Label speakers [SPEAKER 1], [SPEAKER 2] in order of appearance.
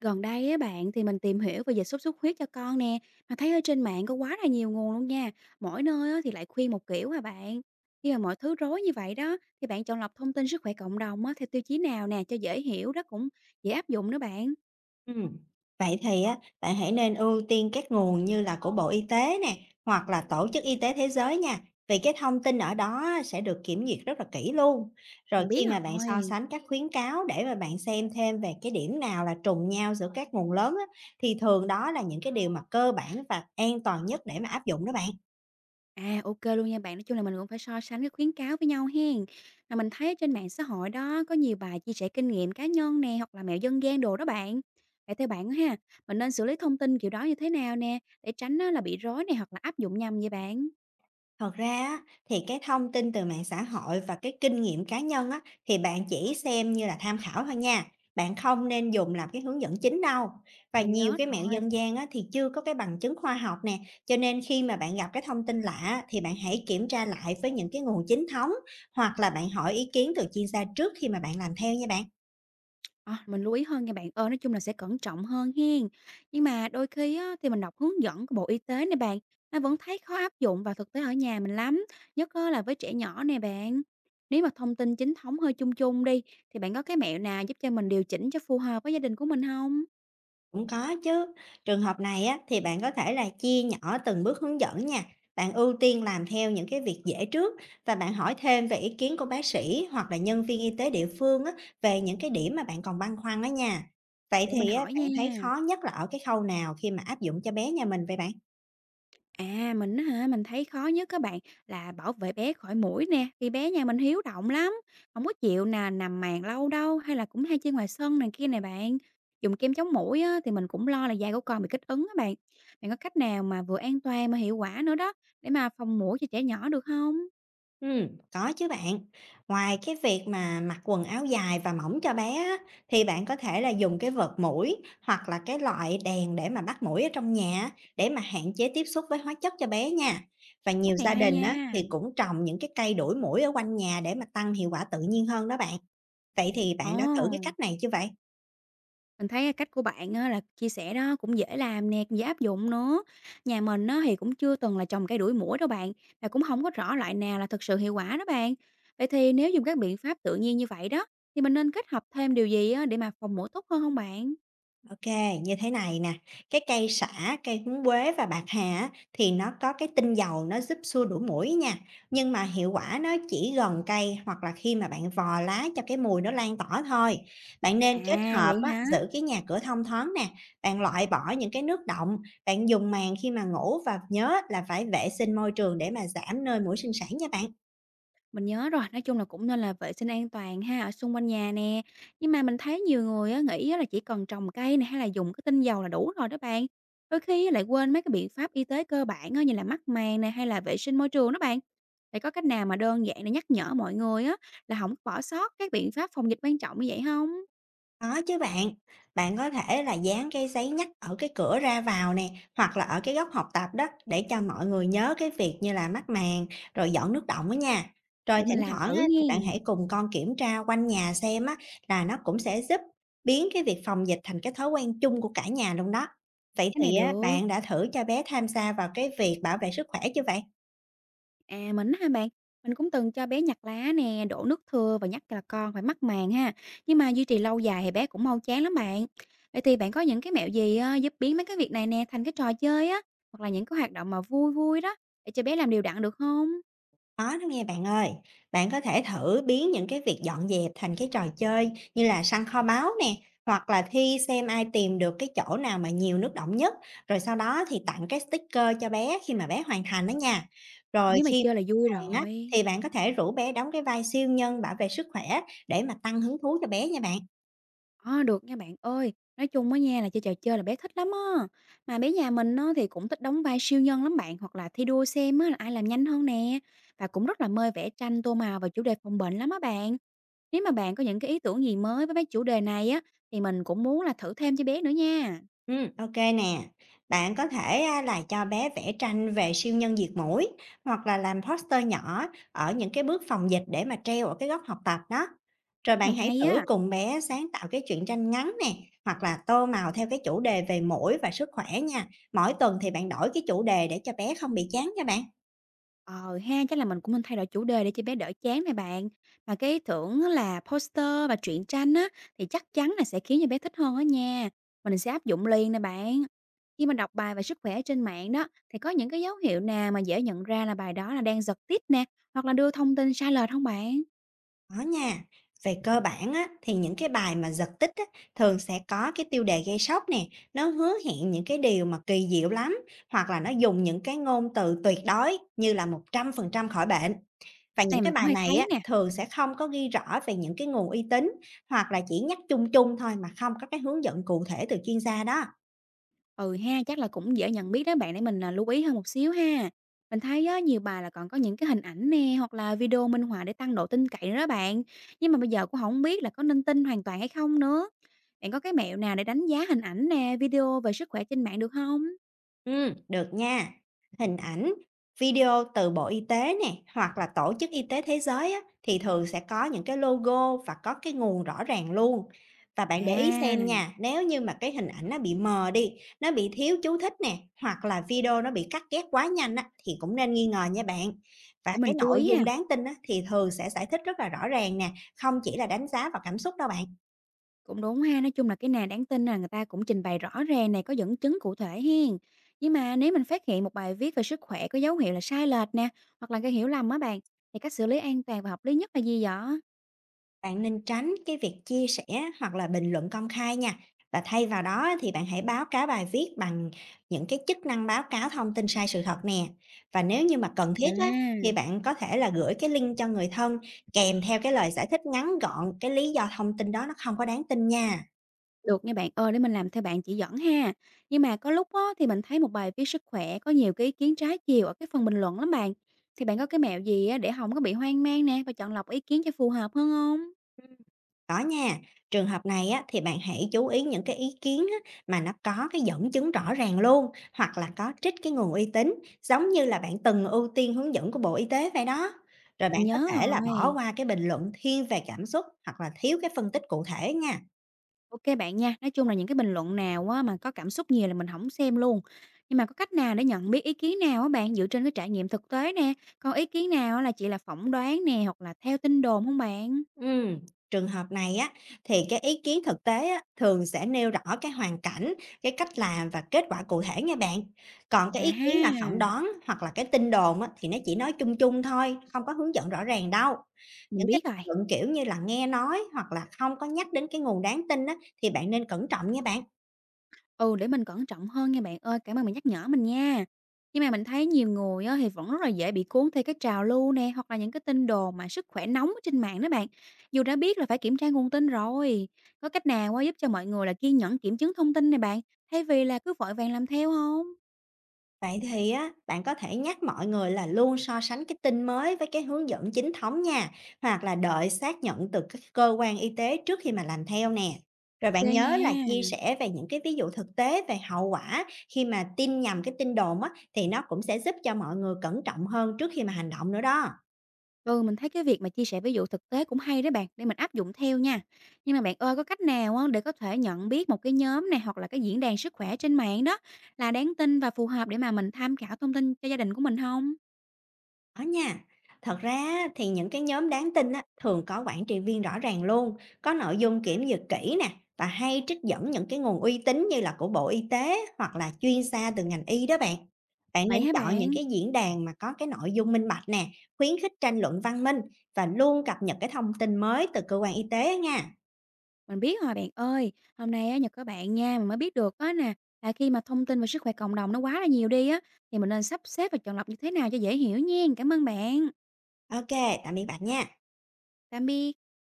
[SPEAKER 1] Gần đây á bạn thì mình tìm hiểu về dịch sốt xuất huyết cho con nè, mà thấy ở trên mạng có quá là nhiều nguồn luôn nha. Mỗi nơi á thì lại khuyên một kiểu à bạn. Khi mà mọi thứ rối như vậy đó thì bạn chọn lọc thông tin sức khỏe cộng đồng á theo tiêu chí nào nè cho dễ hiểu đó cũng dễ áp dụng nữa bạn.
[SPEAKER 2] Ừm, vậy thì á, bạn hãy nên ưu tiên các nguồn như là của Bộ Y tế nè, hoặc là Tổ chức Y tế Thế giới nha, vì cái thông tin ở đó á, sẽ được kiểm duyệt rất là kỹ luôn. Rồi
[SPEAKER 1] Mình biết
[SPEAKER 2] khi mà bạn so
[SPEAKER 1] rồi.
[SPEAKER 2] sánh các khuyến cáo để mà bạn xem thêm về cái điểm nào là trùng nhau giữa các nguồn lớn á, thì thường đó là những cái điều mà cơ bản và an toàn nhất để mà áp dụng đó bạn.
[SPEAKER 1] À, ok luôn nha bạn. Nói chung là mình cũng phải so sánh cái khuyến cáo với nhau hen. Mà mình thấy trên mạng xã hội đó có nhiều bài chia sẻ kinh nghiệm cá nhân nè, hoặc là mẹo dân gian đồ đó bạn. Vậy theo bạn á ha, mình nên xử lý thông tin kiểu đó như thế nào nè, để tránh á là bị rối này hoặc là áp dụng nhầm vậy bạn?
[SPEAKER 2] Thật ra á, thì cái thông tin từ mạng xã hội và cái kinh nghiệm cá nhân á, thì bạn chỉ xem như là tham khảo thôi nha. Bạn không nên dùng làm cái hướng dẫn chính đâu. Và
[SPEAKER 1] Mình
[SPEAKER 2] nhiều
[SPEAKER 1] nhớ
[SPEAKER 2] cái mẹo
[SPEAKER 1] rồi.
[SPEAKER 2] dân gian á, thì chưa có cái bằng chứng khoa học nè. Cho nên khi mà bạn gặp cái thông tin lạ á, thì bạn hãy kiểm tra lại với những cái nguồn chính thống hoặc là bạn hỏi ý kiến từ chuyên gia trước khi mà bạn làm theo nha bạn.
[SPEAKER 1] À, mình lưu ý hơn nha bạn ơi, nói chung là sẽ cẩn trọng hơn hen. Nhưng mà đôi khi á, thì mình đọc hướng dẫn của Bộ Y tế nè bạn, mà vẫn thấy khó áp dụng vào thực tế ở nhà mình lắm, nhất á, là với trẻ nhỏ nè bạn. Nếu mà thông tin chính thống hơi chung chung đi, thì bạn có cái mẹo nào giúp cho mình điều chỉnh cho phù hợp với gia đình của mình không?
[SPEAKER 2] Cũng có chứ. Trường hợp này á, thì bạn có thể là chia nhỏ từng bước hướng dẫn nha. Bạn ưu tiên làm theo những cái việc dễ trước và bạn hỏi thêm về ý kiến của bác sĩ hoặc là nhân viên y tế địa phương á, về những cái điểm mà bạn còn băn khoăn đó nha. Vậy
[SPEAKER 1] Để mình
[SPEAKER 2] thì á,
[SPEAKER 1] hỏi nha.
[SPEAKER 2] bạn thấy khó nhất là ở cái khâu nào khi mà áp dụng cho bé nhà mình vậy bạn?
[SPEAKER 1] À, mình á hả, mình thấy khó nhất các bạn là bảo vệ bé khỏi muỗi nè, vì bé nhà mình hiếu động lắm, không có chịu nè nằm màn lâu đâu, hay là cũng hay chơi ngoài sân này kia này bạn. Dùng kem chống muỗi á, thì mình cũng lo là da của con bị kích ứng á bạn. Bạn có cách nào mà vừa an toàn mà hiệu quả nữa đó, để mà phòng muỗi cho trẻ nhỏ được không?
[SPEAKER 2] Ừm, có chứ bạn. Ngoài cái việc mà mặc quần áo dài và mỏng cho bé á, thì bạn có thể là dùng cái vợt muỗi hoặc là cái loại đèn để mà bắt muỗi ở trong nhà á, để mà hạn chế tiếp xúc với hóa chất cho bé nha. Và nhiều
[SPEAKER 1] Cách này
[SPEAKER 2] gia
[SPEAKER 1] hay
[SPEAKER 2] đình á,
[SPEAKER 1] nha.
[SPEAKER 2] thì cũng trồng những cái cây đuổi muỗi ở quanh nhà để mà tăng hiệu quả tự nhiên hơn đó bạn. Vậy thì bạn đã thử cái
[SPEAKER 1] Ồ.
[SPEAKER 2] cách này chưa vậy?
[SPEAKER 1] Mình thấy cái cách của bạn á là chia sẻ đó cũng dễ làm nè, cũng dễ áp dụng nữa. Nhà mình á thì cũng chưa từng là trồng cây đuổi muỗi đâu bạn, và cũng không có rõ loại nào là thực sự hiệu quả đó bạn. Vậy thì nếu dùng các biện pháp tự nhiên như vậy đó, thì mình nên kết hợp thêm điều gì á để mà phòng muỗi tốt hơn không bạn?
[SPEAKER 2] OK, như thế này nè, cái cây sả, cây húng quế và bạc hà á, thì nó có cái tinh dầu nó giúp xua đuổi muỗi nha. Nhưng mà hiệu quả nó chỉ gần cây hoặc là khi mà bạn vò lá cho cái mùi nó lan tỏa thôi. Bạn nên kết
[SPEAKER 1] À,
[SPEAKER 2] hợp
[SPEAKER 1] vậy
[SPEAKER 2] á,
[SPEAKER 1] hả?
[SPEAKER 2] giữ cái nhà cửa thông thoáng nè, bạn loại bỏ những cái nước đọng, bạn dùng màn khi mà ngủ và nhớ là phải vệ sinh môi trường để mà giảm nơi muỗi sinh sản nha bạn.
[SPEAKER 1] Mình nhớ rồi, nói chung là cũng nên là vệ sinh an toàn ha, ở xung quanh nhà nè. Nhưng mà mình thấy nhiều người á, nghĩ á là chỉ cần trồng cây này hay là dùng cái tinh dầu là đủ rồi đó bạn. Đôi khi á lại quên mấy cái biện pháp y tế cơ bản á, như là mắc màng này hay là vệ sinh môi trường đó bạn. Vậy có cách nào mà đơn giản để nhắc nhở mọi người á là không bỏ sót các biện pháp phòng dịch quan trọng như vậy không?
[SPEAKER 2] Có chứ bạn, bạn có thể là dán cái giấy nhắc ở cái cửa ra vào nè, hoặc là ở cái góc học tập đó để cho mọi người nhớ cái việc như là mắc màn, rồi dọn nước đọng đó nha. Rồi
[SPEAKER 1] Để mình
[SPEAKER 2] thỉnh
[SPEAKER 1] làm
[SPEAKER 2] thoảng
[SPEAKER 1] thử
[SPEAKER 2] á,
[SPEAKER 1] nha.
[SPEAKER 2] thì bạn hãy cùng con kiểm tra quanh nhà xem á, là nó cũng sẽ giúp biến cái việc phòng dịch thành cái thói quen chung của cả nhà luôn đó. Vậy
[SPEAKER 1] Cái này
[SPEAKER 2] thì á,
[SPEAKER 1] được.
[SPEAKER 2] bạn đã thử cho bé tham gia vào cái việc bảo vệ sức khỏe chưa vậy?
[SPEAKER 1] À, mình á hả bạn? Mình cũng từng cho bé nhặt lá nè, đổ nước thưa và nhắc là con phải mắc màng ha. Nhưng mà duy trì lâu dài thì bé cũng mau chán lắm bạn. Vậy thì bạn có những cái mẹo gì giúp biến mấy cái việc này nè thành cái trò chơi á, hoặc là những cái hoạt động mà vui vui đó để cho bé làm đều đặn được không?
[SPEAKER 2] Có đó nghe bạn ơi, bạn có thể thử biến những cái việc dọn dẹp thành cái trò chơi như là săn kho báu nè, hoặc là thi xem ai tìm được cái chỗ nào mà nhiều nước đọng nhất, rồi sau đó thì tặng cái sticker cho bé khi mà bé hoàn thành đó nha. Rồi
[SPEAKER 1] Nếu mà
[SPEAKER 2] khi
[SPEAKER 1] chơi là vui
[SPEAKER 2] bạn á,
[SPEAKER 1] rồi.
[SPEAKER 2] thì bạn có thể rủ bé đóng cái vai siêu nhân bảo vệ sức khỏe để mà tăng hứng thú cho bé nha bạn.
[SPEAKER 1] Ờ được nha bạn ơi. Nói chung á nha là chơi trò chơi là bé thích lắm á. Mà bé nhà mình á, thì cũng thích đóng vai siêu nhân lắm bạn hoặc là thi đua xem á, là ai làm nhanh hơn nè. Và cũng rất là mê vẽ tranh tô màu và chủ đề phòng bệnh lắm á bạn. Nếu mà bạn có những cái ý tưởng gì mới với mấy chủ đề này á, thì mình cũng muốn là thử thêm cho bé nữa nha.
[SPEAKER 2] OK nè. Bạn có thể, là cho bé vẽ tranh về siêu nhân diệt muỗi, hoặc là làm poster nhỏ ở những cái bước phòng dịch để mà treo ở cái góc học tập đó. Rồi
[SPEAKER 1] Cách
[SPEAKER 2] bạn
[SPEAKER 1] này
[SPEAKER 2] hãy
[SPEAKER 1] hay
[SPEAKER 2] thử
[SPEAKER 1] á.
[SPEAKER 2] cùng bé sáng tạo cái truyện tranh ngắn nè, hoặc là tô màu theo cái chủ đề về muỗi và sức khỏe nha. Mỗi tuần thì bạn đổi cái chủ đề để cho bé không bị chán nha bạn.
[SPEAKER 1] Ờ ha, chắc là mình cũng nên thay đổi chủ đề để cho bé đỡ chán này bạn. Mà cái ý tưởng á là poster và truyện tranh á, thì chắc chắn là sẽ khiến cho bé thích hơn á nha. Mình sẽ áp dụng liền nè bạn. Khi mà đọc bài về sức khỏe trên mạng đó, thì có những cái dấu hiệu nào mà dễ nhận ra là bài đó là đang giật tít nè, hoặc là đưa thông tin sai lệch không bạn?
[SPEAKER 2] Có nha. Về cơ bản á, thì những cái bài mà giật tít á, thường sẽ có cái tiêu đề gây sốc nè, nó hứa hẹn những cái điều mà kỳ diệu lắm, hoặc là nó dùng những cái ngôn từ tuyệt đối như là 100% khỏi bệnh. Và những
[SPEAKER 1] Này
[SPEAKER 2] cái
[SPEAKER 1] mình cũng
[SPEAKER 2] bài
[SPEAKER 1] hay
[SPEAKER 2] này
[SPEAKER 1] thấy
[SPEAKER 2] á,
[SPEAKER 1] nè.
[SPEAKER 2] thường sẽ không có ghi rõ về những cái nguồn uy tín, hoặc là chỉ nhắc chung chung thôi mà không có cái hướng dẫn cụ thể từ chuyên gia đó.
[SPEAKER 1] Ừ ha, chắc là cũng dễ nhận biết đó bạn để mình, à, lưu ý hơn một xíu ha. Mình thấy á, nhiều bài là còn có những cái hình ảnh nè, hoặc là video minh họa để tăng độ tin cậy nữa đó bạn. Nhưng mà bây giờ cũng không biết là có nên tin hoàn toàn hay không nữa. Bạn có cái mẹo nào để đánh giá hình ảnh nè, video về sức khỏe trên mạng được không?
[SPEAKER 2] Được nha. Hình ảnh, video từ Bộ Y tế nè, hoặc là Tổ chức Y tế Thế giới á, thì thường sẽ có những cái logo và có cái nguồn rõ ràng luôn. Và bạn để ý xem
[SPEAKER 1] À,
[SPEAKER 2] nha, nếu như mà cái hình ảnh nó bị mờ đi, nó bị thiếu chú thích nè, hoặc là video nó bị cắt ghép quá nhanh á, thì cũng nên nghi ngờ nha bạn. Và
[SPEAKER 1] để
[SPEAKER 2] cái
[SPEAKER 1] mình chú
[SPEAKER 2] nội
[SPEAKER 1] ý
[SPEAKER 2] dung
[SPEAKER 1] ha.
[SPEAKER 2] đáng tin á, thì thường sẽ giải thích rất là rõ ràng nè, không chỉ là đánh giá vào cảm xúc đâu bạn.
[SPEAKER 1] Cũng đúng ha, nói chung là cái nào đáng tin là người ta cũng trình bày rõ ràng này có dẫn chứng cụ thể hen. Nhưng mà nếu mình phát hiện một bài viết về sức khỏe có dấu hiệu là sai lệch nè, hoặc là gây hiểu lầm á bạn, thì cách xử lý an toàn và hợp lý nhất là gì vậy?
[SPEAKER 2] Bạn nên tránh cái việc chia sẻ hoặc là bình luận công khai nha. Và thay vào đó thì bạn hãy báo cáo bài viết bằng những cái chức năng báo cáo thông tin sai sự thật nè. Và nếu như mà cần thiết á, thì
[SPEAKER 1] À,
[SPEAKER 2] bạn có thể là gửi cái link cho người thân kèm theo cái lời giải thích ngắn gọn cái lý do thông tin đó nó không có đáng tin nha.
[SPEAKER 1] được nha bạn ơi, để mình làm theo bạn chỉ dẫn ha. Nhưng mà có lúc á, thì mình thấy một bài viết sức khỏe có nhiều cái ý kiến trái chiều ở cái phần bình luận lắm bạn. Thì bạn có cái mẹo gì á, để không có bị hoang mang nè và chọn lọc ý kiến cho phù hợp hơn không?
[SPEAKER 2] Có nha, trường hợp này á, thì bạn hãy chú ý những cái ý kiến á, mà nó có cái dẫn chứng rõ ràng luôn hoặc là có trích cái nguồn uy tín giống như là bạn từng ưu tiên hướng dẫn của Bộ Y tế vậy đó. Rồi bạn
[SPEAKER 1] Mình
[SPEAKER 2] có
[SPEAKER 1] nhớ
[SPEAKER 2] thể là bỏ
[SPEAKER 1] rồi.
[SPEAKER 2] qua cái bình luận thiên về cảm xúc hoặc là thiếu cái phân tích cụ thể nha.
[SPEAKER 1] Ok bạn nha, nói chung là những cái bình luận nào á, mà có cảm xúc nhiều là mình không xem luôn. Nhưng mà có cách nào để nhận biết ý kiến nào á bạn dựa trên cái trải nghiệm thực tế nè, còn ý kiến nào á là chỉ là phỏng đoán nè hoặc là theo tin đồn không bạn?
[SPEAKER 2] Ừm, Trường hợp này á, thì cái ý kiến thực tế á, thường sẽ nêu rõ cái hoàn cảnh, cái cách làm và kết quả cụ thể nha bạn. Còn cái
[SPEAKER 1] À
[SPEAKER 2] ý kiến mà phỏng
[SPEAKER 1] ha,
[SPEAKER 2] đoán hoặc là cái tin đồn á, thì nó chỉ nói chung chung thôi, không có hướng dẫn rõ ràng đâu.
[SPEAKER 1] mình
[SPEAKER 2] Những cái
[SPEAKER 1] biết rồi.
[SPEAKER 2] luận, kiểu như là, nghe nói hoặc là không có nhắc đến cái nguồn đáng tin á, thì bạn nên cẩn trọng nha bạn.
[SPEAKER 1] Ừ, để mình cẩn trọng hơn nha bạn ơi, cảm ơn bạn nhắc nhở mình nha. Nhưng mà mình thấy nhiều người á, thì vẫn rất là dễ bị cuốn theo cái trào lưu nè, hoặc là những cái tin đồn mà sức khỏe nóng ở trên mạng đó bạn. Dù đã biết là phải kiểm tra nguồn tin rồi. Có cách nào á, giúp cho mọi người là kiên nhẫn kiểm chứng thông tin này bạn, thay vì là cứ vội vàng làm theo không?
[SPEAKER 2] Vậy thì á, bạn có thể nhắc mọi người là luôn so sánh cái tin mới với cái hướng dẫn chính thống nha, hoặc là đợi xác nhận từ các cơ quan y tế trước khi mà làm theo nè. Rồi
[SPEAKER 1] Ok
[SPEAKER 2] bạn nhớ là chia
[SPEAKER 1] nha.
[SPEAKER 2] sẻ về những cái ví dụ thực tế về hậu quả khi mà tin nhầm cái tin đồn á, thì nó cũng sẽ giúp cho mọi người cẩn trọng hơn trước khi mà hành động nữa đó.
[SPEAKER 1] Ừ, mình thấy cái việc mà chia sẻ ví dụ thực tế cũng hay đấy bạn, để mình áp dụng theo nha. Nhưng mà bạn ơi, có cách nào á để có thể nhận biết một cái nhóm này hoặc là cái diễn đàn sức khỏe trên mạng đó là đáng tin và phù hợp để mà mình tham khảo thông tin cho gia đình của mình không?
[SPEAKER 2] Có nha. Thật ra á, thì những cái nhóm đáng tin á, thường có quản trị viên rõ ràng luôn, có nội dung kiểm duyệt kỹ nè và hay trích dẫn những cái nguồn uy tín như là của Bộ Y tế hoặc là chuyên gia từ ngành y đó bạn. Bạn
[SPEAKER 1] Vậy
[SPEAKER 2] nên
[SPEAKER 1] hả
[SPEAKER 2] chọn những
[SPEAKER 1] bạn?
[SPEAKER 2] cái diễn đàn mà có cái nội dung minh bạch nè, khuyến khích tranh luận văn minh và luôn cập nhật cái thông tin mới từ cơ quan y tế nha.
[SPEAKER 1] Mình biết rồi bạn ơi, hôm nay á nhờ các bạn nha mình mới biết được á nè, là khi mà thông tin về sức khỏe cộng đồng nó quá là nhiều đi á, thì mình nên sắp xếp và chọn lọc như thế nào cho dễ hiểu nha. Cảm ơn bạn.
[SPEAKER 2] Ok, tạm biệt bạn nha.
[SPEAKER 1] Tạm biệt.